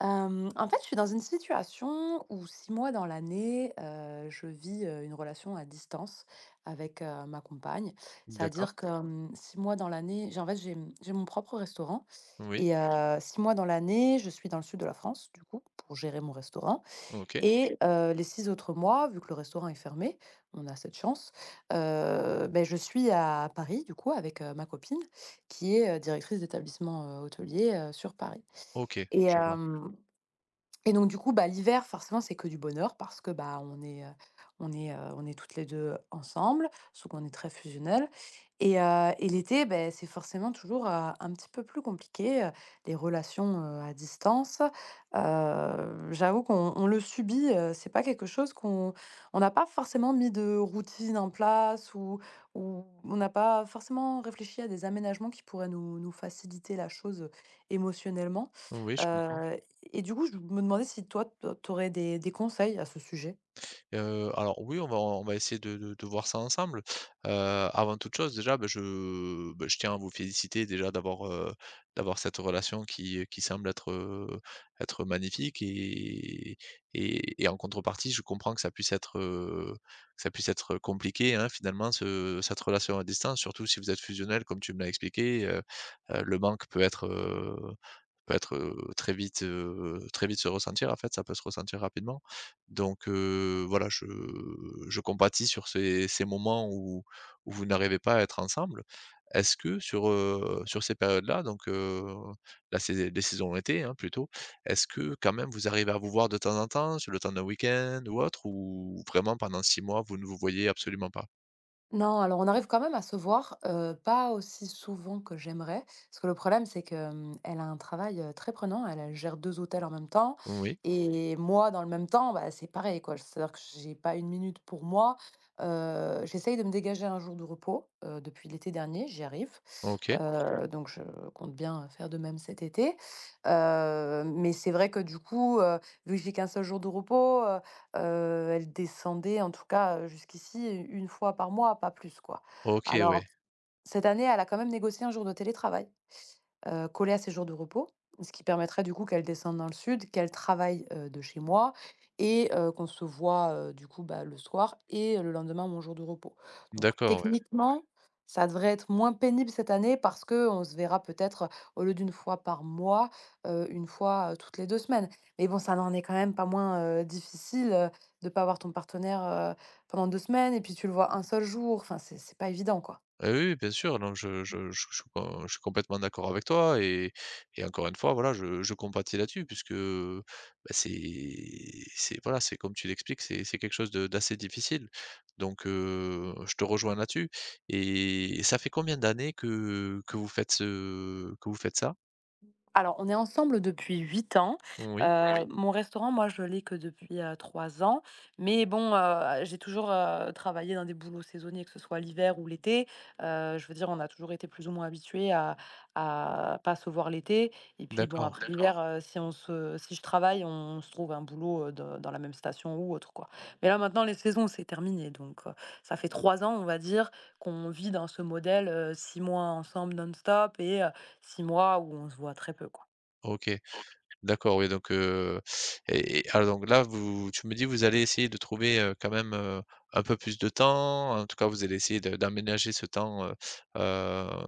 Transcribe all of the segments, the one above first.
En fait, je suis dans une situation où 6 mois dans l'année, je vis, une relation à distance avec, ma compagne. C'est-à-dire D'accord. que, d'accord, 6 mois dans l'année, j'ai en fait, j'ai, mmh, j'ai mon propre restaurant Oui. et OK, mois dans l'année, je suis dans le sud de la France, du coup, pour gérer mon restaurant OK. et les 6 autres mois, vu que le restaurant est fermé, on a cette chance, je suis à Paris, du coup, avec, ma copine qui est, directrice d'établissement, hôtelier, sur Paris OK, et OK. je vois. Et donc du coup, bah, l'hiver, forcément, c'est que du bonheur parce que, bah, on est toutes les 2 ensemble, sauf qu'on est très fusionnelles et l'été, beh, c'est forcément toujours, un petit peu plus compliqué, les relations, à distance. J'avoue qu'on le subit, c'est pas quelque chose qu'on on n'a pas forcément mis de routine en place ou on n'a pas forcément réfléchi à des aménagements qui pourraient nous faciliter la chose, émotionnellement. Oui, je comprends. Heu et du coup, je me demandais si toi, tu aurais des conseils à ce sujet? Alors oui, on va essayer de de voir ça ensemble. Heu, avant toute chose, déjà, bah, je tiens à vous féliciter déjà d'avoir cette relation qui semble être magnifique et et en contrepartie, je comprends que ça puisse que ça puisse être compliqué, hein, finalement, ce cette relation à distance, surtout si vous êtes fusionnel comme tu me l'as expliqué. Le manque peut être, très vite, très vite se ressentir, en fait, ça peut se ressentir rapidement. Voilà, je compatis sur ces moments où où vous n'arrivez pas à être ensemble. Est-ce que sur, sur ces périodes-là, là, c'est des saisons été, hein, plutôt, est-ce que quand même vous arrivez à vous voir de temps en temps, sur le temps d'un week-end ou autre, ou vraiment pendant 6 mois, vous ne vous voyez absolument pas? Non, alors on arrive quand même à se voir, pas aussi souvent que j'aimerais. Parce que le problème, c'est que, elle a un travail, très prenant. Elle gère 2 hôtels en même temps Oui, et moi, dans le même temps, bah, c'est pareil, quoi. C'est-à-dire que j'ai pas une minute pour moi. J'essaye de me dégager un jour de repos, depuis l'été dernier, j'y arrive. OK. Donc je compte bien faire de même cet été. Mais c'est vrai que du coup, vu que j'ai qu'un seul jour de repos, elle descendait en tout cas, jusqu'ici, une fois par mois, pas plus quoi. OK, oui. Alors cette année, elle a quand même négocié un jour de télétravail collé à ses jours de repos, ce qui permettrait du coup qu'elle descende dans le sud, qu'elle travaille, de chez moi et qu'on se voit, du coup, bah, le soir et le lendemain, mon jour de repos. Donc D'accord, ouais. techniquement, ça devrait être moins pénible cette année parce qu'on se verra peut-être au lieu d'une fois par mois, 1 fois, toutes les 2 semaines. Mais bon, ça n'en est quand même pas moins, difficile, de pas voir ton partenaire, pendant 2 semaines et puis tu le vois un seul jour. Enfin, c'est pas évident, quoi. Ah oui, oui, bien sûr, non, je suis complètement d'accord avec toi et encore une fois, voilà, je compatis là-dessus puisque, bah, c'est voilà, c'est comme tu l'expliques, c'est quelque chose de d'assez difficile je te rejoins là-dessus et ça fait combien d'années que vous faites ce que vous faites ça? Alors, on est ensemble depuis 8 ans. Heu, Oui, Oui. Mon restaurant, moi, je l'ai que depuis, 3 ans. Mais bon, j'ai toujours, travaillé dans des boulots saisonniers, que ce soit l'hiver ou l'été. Je veux dire, on a toujours été plus ou moins habitués à pas se voir l'été. Et puis bon, d'accord, après l'hiver, d'accord, si je travaille, on se trouve un boulot, de dans la même station ou autre, quoi. Mais là, maintenant, les saisons, c'est terminé. Donc, ça fait 3 ans, on va dire, qu'on vit dans ce modèle, 6 mois ensemble non-stop et 6 mois où on se voit très peu, quoi. OK. D'accord, oui, donc. Et alors donc là, vous tu me dis, vous allez essayer de trouver, quand même, un peu plus de temps. En tout cas, vous allez essayer de d'aménager ce temps, hem,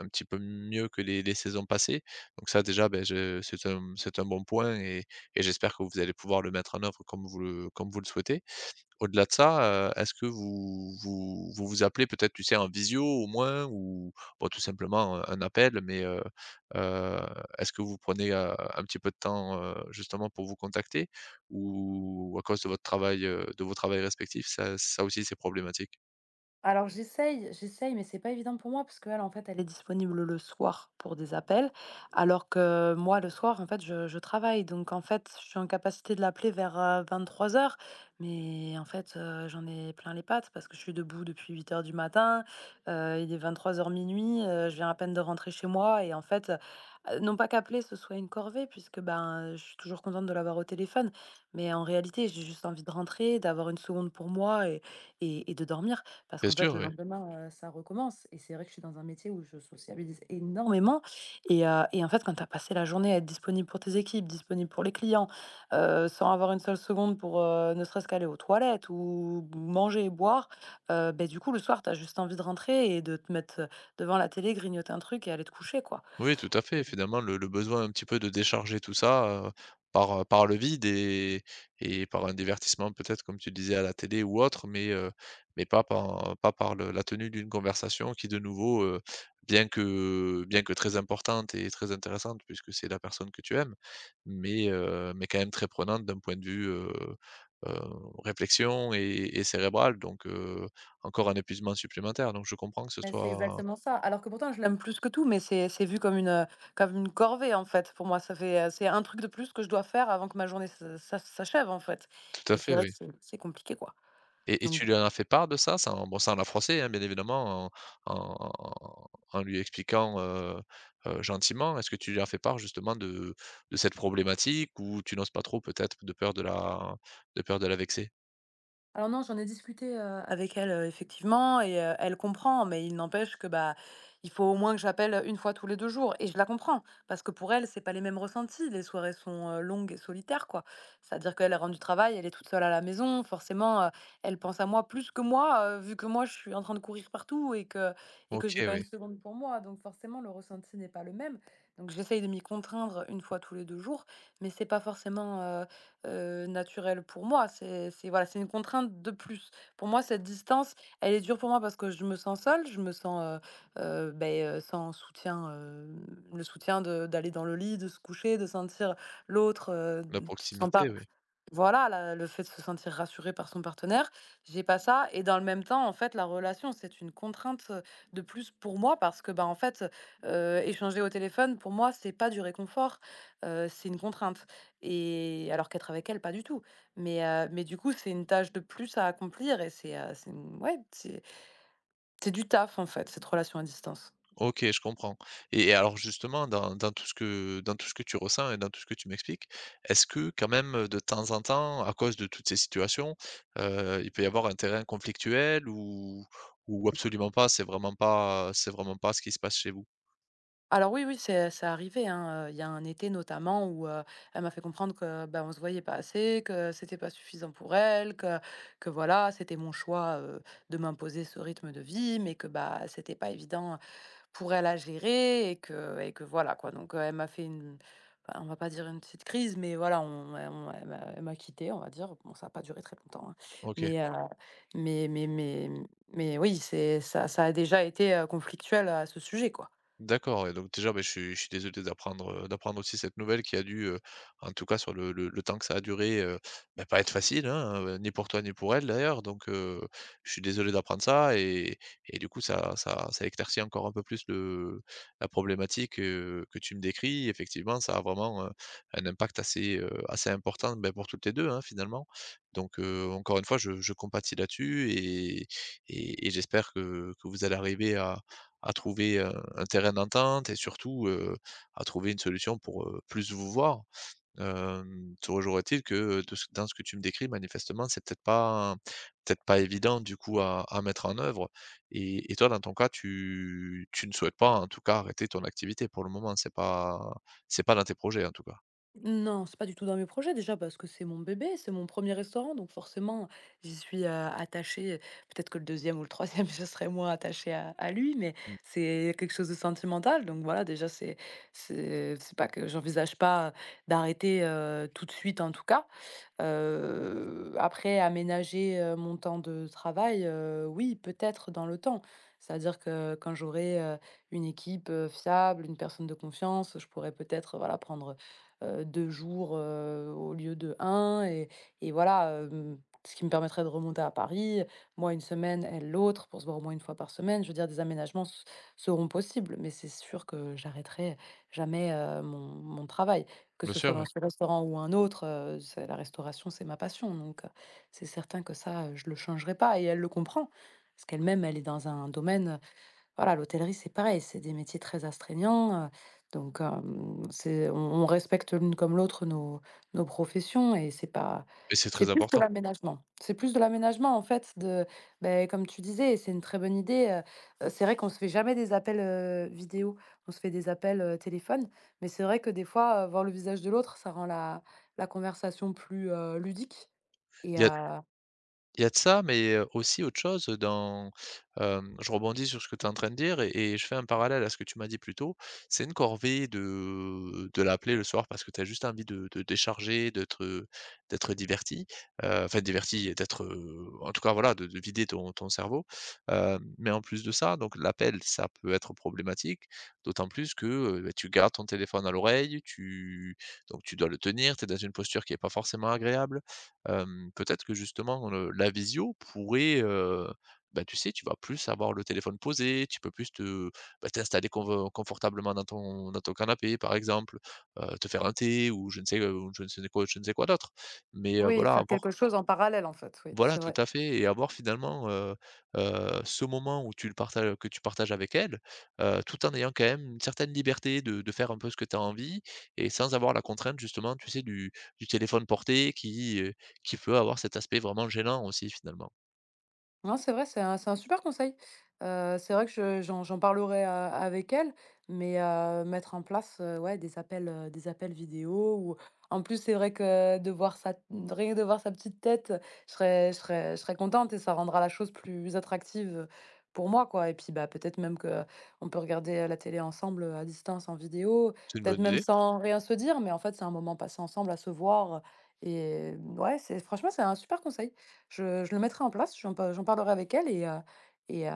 un petit peu mieux que les saisons passées. Donc ça, déjà, beh, je c'est un bon point et j'espère que vous allez pouvoir le mettre en œuvre comme vous le souhaitez. Au-delà de ça, est-ce que vous appelez peut-être, tu sais, en visio au moins ou bon tout simplement, un appel mais, heu, est-ce que vous prenez, un petit peu de temps, justement pour vous contacter? Ou à cause de votre travail, de vos travails respectifs, ça aussi c'est problématique? Alors j'essaye, j'essaye, mais c'est pas évident pour moi parce qu'elle, en fait, elle est disponible le soir pour des appels, alors que moi, le soir, en fait, je travaille. Donc, en fait, je suis en capacité de l'appeler vers 23 heures, mais en fait, j'en ai plein les pattes parce que je suis debout depuis 8 heures du matin, il est 23 heures minuit, je viens à peine de rentrer chez moi et en fait, non pas qu'appeler ce soit une corvée, puisque ben, je suis toujours contente de l'avoir au téléphone, mais en réalité, j'ai juste envie de rentrer, d'avoir une seconde pour moi et et de dormir. Parce Bien qu'en fait, le sûr. lendemain, ça recommence et c'est vrai que je suis dans un métier où je sociabilise énormément et en fait, quand tu as passé la journée à être disponible pour tes équipes, disponible pour les clients, sans avoir une seule seconde pour, ne serait-ce qu'aller aux toilettes ou manger, et boire, du coup, le soir, tu as juste envie de rentrer et de te mettre, devant la télé, grignoter un truc et aller te coucher, quoi. Oui, tout à fait. Finalement, le besoin un petit peu de décharger tout ça, par, par le vide et par un divertissement peut-être comme tu disais à la télé ou autre, mais pas par pas par le la tenue d'une conversation qui de nouveau, bien que très importante et très intéressante puisque c'est la personne que tu aimes, mais quand même très prenante d'un point de vue, heu, réflexion et cérébrale encore un épuisement supplémentaire donc je comprends que ce Mais c'est soit exactement ça. Alors que pourtant je l'aime plus que tout, mais c'est vu comme une corvée en fait pour moi. Ça fait, c'est un truc de plus que je dois faire avant que ma journée se s'a s'achève en fait tout à et c'est fait, vrai oui. que c'est compliqué quoi. Et Donc. tu lui en as fait part de ça? Sans bon, sans la froisser, hein, bien évidemment, en lui expliquant, gentiment. Est-ce que tu lui as fait part justement de cette problématique ou tu n'oses pas trop peut-être de peur de la de peur de la vexer? Alors non, j'en ai discuté, avec elle, effectivement et elle comprend, mais il n'empêche que, bah, il faut au moins que j'appelle, une fois tous les 2 jours et je la comprends parce que pour elle, c'est pas les mêmes ressentis. Les soirées sont, longues et solitaires, quoi. C'est-à-dire qu'elle rentre du travail, elle est toute seule à la maison, forcément, elle pense à moi plus que moi, vu que moi, je suis en train de courir partout et que je n'ai OK, pas oui, une seconde pour moi, donc forcément, le ressenti n'est pas le même. Donc j'essaye de m'y contraindre une fois tous les 2 jours, mais c'est pas forcément, naturel pour moi. C'est voilà, c'est une contrainte de plus. Pour moi, cette distance, elle est dure pour moi parce que je me sens seule, je me sens, sans soutien, le soutien de d'aller dans le lit, de se coucher, de sentir l'autre, la tu te sens proximité, pas oui. voilà, la le fait de se sentir rassuré par son partenaire, j'ai pas ça et dans le même temps, en fait, la relation, c'est une contrainte, de plus pour moi parce que, bah, en fait, échanger au téléphone, pour moi, c'est pas du réconfort, c'est une contrainte. Et alors qu'être avec elle, pas du tout. Mais du coup, c'est une tâche de plus à accomplir et c'est une ouais, c'est du taf, en fait, cette relation à distance. OK, je comprends et alors justement dans dans tout ce que tu ressens et dans tout ce que tu m'expliques, est-ce que quand même, de temps en temps, à cause de toutes ces situations, il peut y avoir un terrain conflictuel ou absolument pas, c'est vraiment pas ce qui se passe chez vous? Alors oui, oui, c'est arrivé, hein, il y a un été notamment où, elle m'a fait comprendre que, ben on se voyait pas assez, que c'était pas suffisant pour elle, que voilà, c'était mon choix, de m'imposer ce rythme de vie, mais que, bah, c'était pas évident, pour elle à gérer et que voilà quoi. Donc, elle m'a fait une bah, on va pas dire une petite crise, mais voilà, on elle m'a quittée, on va dire. Bon, ça a pas duré très longtemps, hein, OK. mais mais mais mais mais oui, c'est ça ça a déjà été, conflictuel à ce sujet, quoi. D'accord. Et donc déjà, beh, je suis désolé d'apprendre, d'apprendre aussi cette nouvelle qui a dû, en tout cas sur le temps que ça a duré, bah, pas être facile, hein, ni pour toi ni pour elle d'ailleurs, je suis désolé d'apprendre ça et du coup ça éclaircit encore un peu plus le la problématique, que tu me décris. Effectivement, ça a vraiment, un impact assez, assez important, beh, pour toutes les 2 hein, finalement. Encore une fois, je compatis là-dessus et et j'espère que vous allez arriver à trouver, un terrain d'entente et surtout, à trouver une solution pour, plus vous voir. Hem, toujours est-il que de ce dans ce que tu me décris manifestement, c'est peut-être pas évident du coup à mettre en œuvre et toi dans ton cas, tu ne souhaites pas en tout cas arrêter ton activité pour le moment? C'est pas dans tes projets en tout cas? Non, c'est pas du tout dans mes projets déjà parce que c'est mon bébé, c'est mon premier restaurant, donc forcément j'y suis attachée. Peut-être que le deuxième ou le troisième, je serai moins attachée à lui, mais Mmh. c'est quelque chose de sentimental. Donc voilà, déjà c'est pas que j'envisage pas d'arrêter tout de suite en tout cas. Après aménager, mon temps de travail, oui, peut-être dans le temps. C'est-à-dire que quand j'aurai, une équipe, fiable, une personne de confiance, je pourrais peut-être, voilà, prendre, 2 jours, au lieu de un et voilà, ce qui me permettrait de remonter à Paris, moi une semaine, elle l'autre, pour se voir au moins une fois par semaine. Je veux dire des aménagements s seront possibles, mais c'est sûr que j'arrêterai jamais, mon travail. Que Bien ce soit sûr, oui dans ce restaurant ou un autre, c'est la restauration, c'est ma passion donc c'est certain que ça, je le changerai pas et elle le comprend. Parce qu'elle-même, elle est dans un domaine, voilà, l'hôtellerie, c'est pareil, c'est des métiers très astreignants, donc c'est on respecte l'une comme l'autre nos professions et c'est pas et c'est c'est très plus de important. l'aménagement. C'est plus de l'aménagement, en fait, de ben, comme tu disais et c'est une très bonne idée, c'est vrai qu'on se fait jamais des appels, vidéo, on se fait des appels, téléphone, mais c'est vrai que des fois, voir le visage de l'autre, ça rend la conversation plus, ludique et Il y a. heu Il y a de ça, mais aussi autre chose dans hem, je rebondis sur ce que tu es en train de dire et je fais un parallèle à ce que tu m'as dit plus tôt. C'est une corvée de l'appeler le soir parce que tu as juste envie de décharger, d'être, d'être diverti, enfin diverti et d'être, en tout cas voilà, de vider ton cerveau, mais en plus de ça, donc l'appel, ça peut être problématique, d'autant plus que, beh, tu gardes ton téléphone à l'oreille, tu donc tu dois le tenir, tu es dans une posture qui est pas forcément agréable. Hem, peut-être que justement, le la visio pourrait, bah, tu sais, tu vas plus avoir le téléphone posé, tu peux plus te, bah, t'installer conv confortablement dans ton canapé, par exemple, te faire un thé ou je ne sais quoi je ne sais quoi d'autre. Mais, oui, voilà, faire quelque avoir chose en parallèle, en fait, oui, voilà, c'est tout vrai. à fait et avoir finalement, ce moment où tu partages avec elle, tout en ayant quand même une certaine liberté de faire un peu ce que tu as envie et sans avoir la contrainte justement, tu sais, du téléphone porté qui peut avoir cet aspect vraiment gênant aussi finalement. Non, c'est vrai, c'est un super conseil. C'est vrai que je j'en parlerai, avec elle, mais mettre en place, ouais, des appels vidéo ou en plus, c'est vrai que de voir sa rien que de voir sa petite tête, je serais contente et ça rendra la chose plus attractive, pour moi, quoi et puis, bah, peut-être même que on peut regarder, la télé ensemble, à distance, en vidéo, C'est une peut-être bonne même idée. sans rien se dire, mais en fait, c'est un moment passé ensemble à se voir, et ouais, c'est franchement, c'est un super conseil. Je le mettrai en place, j'en parlerai avec elle et heu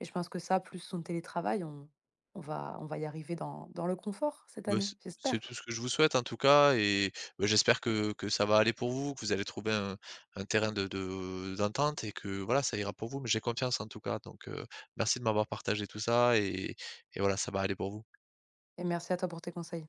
et je pense que ça, plus son télétravail, on va y arriver dans le confort cette Bah, année, c'est j'espère tout ce que je vous souhaite en tout cas et bah, j'espère que ça va aller pour vous, que vous allez trouver un terrain de d'entente et que voilà, ça ira pour vous. Mais j'ai confiance en tout cas, merci de m'avoir partagé tout ça et voilà, ça va aller pour vous. et merci à toi pour tes conseils.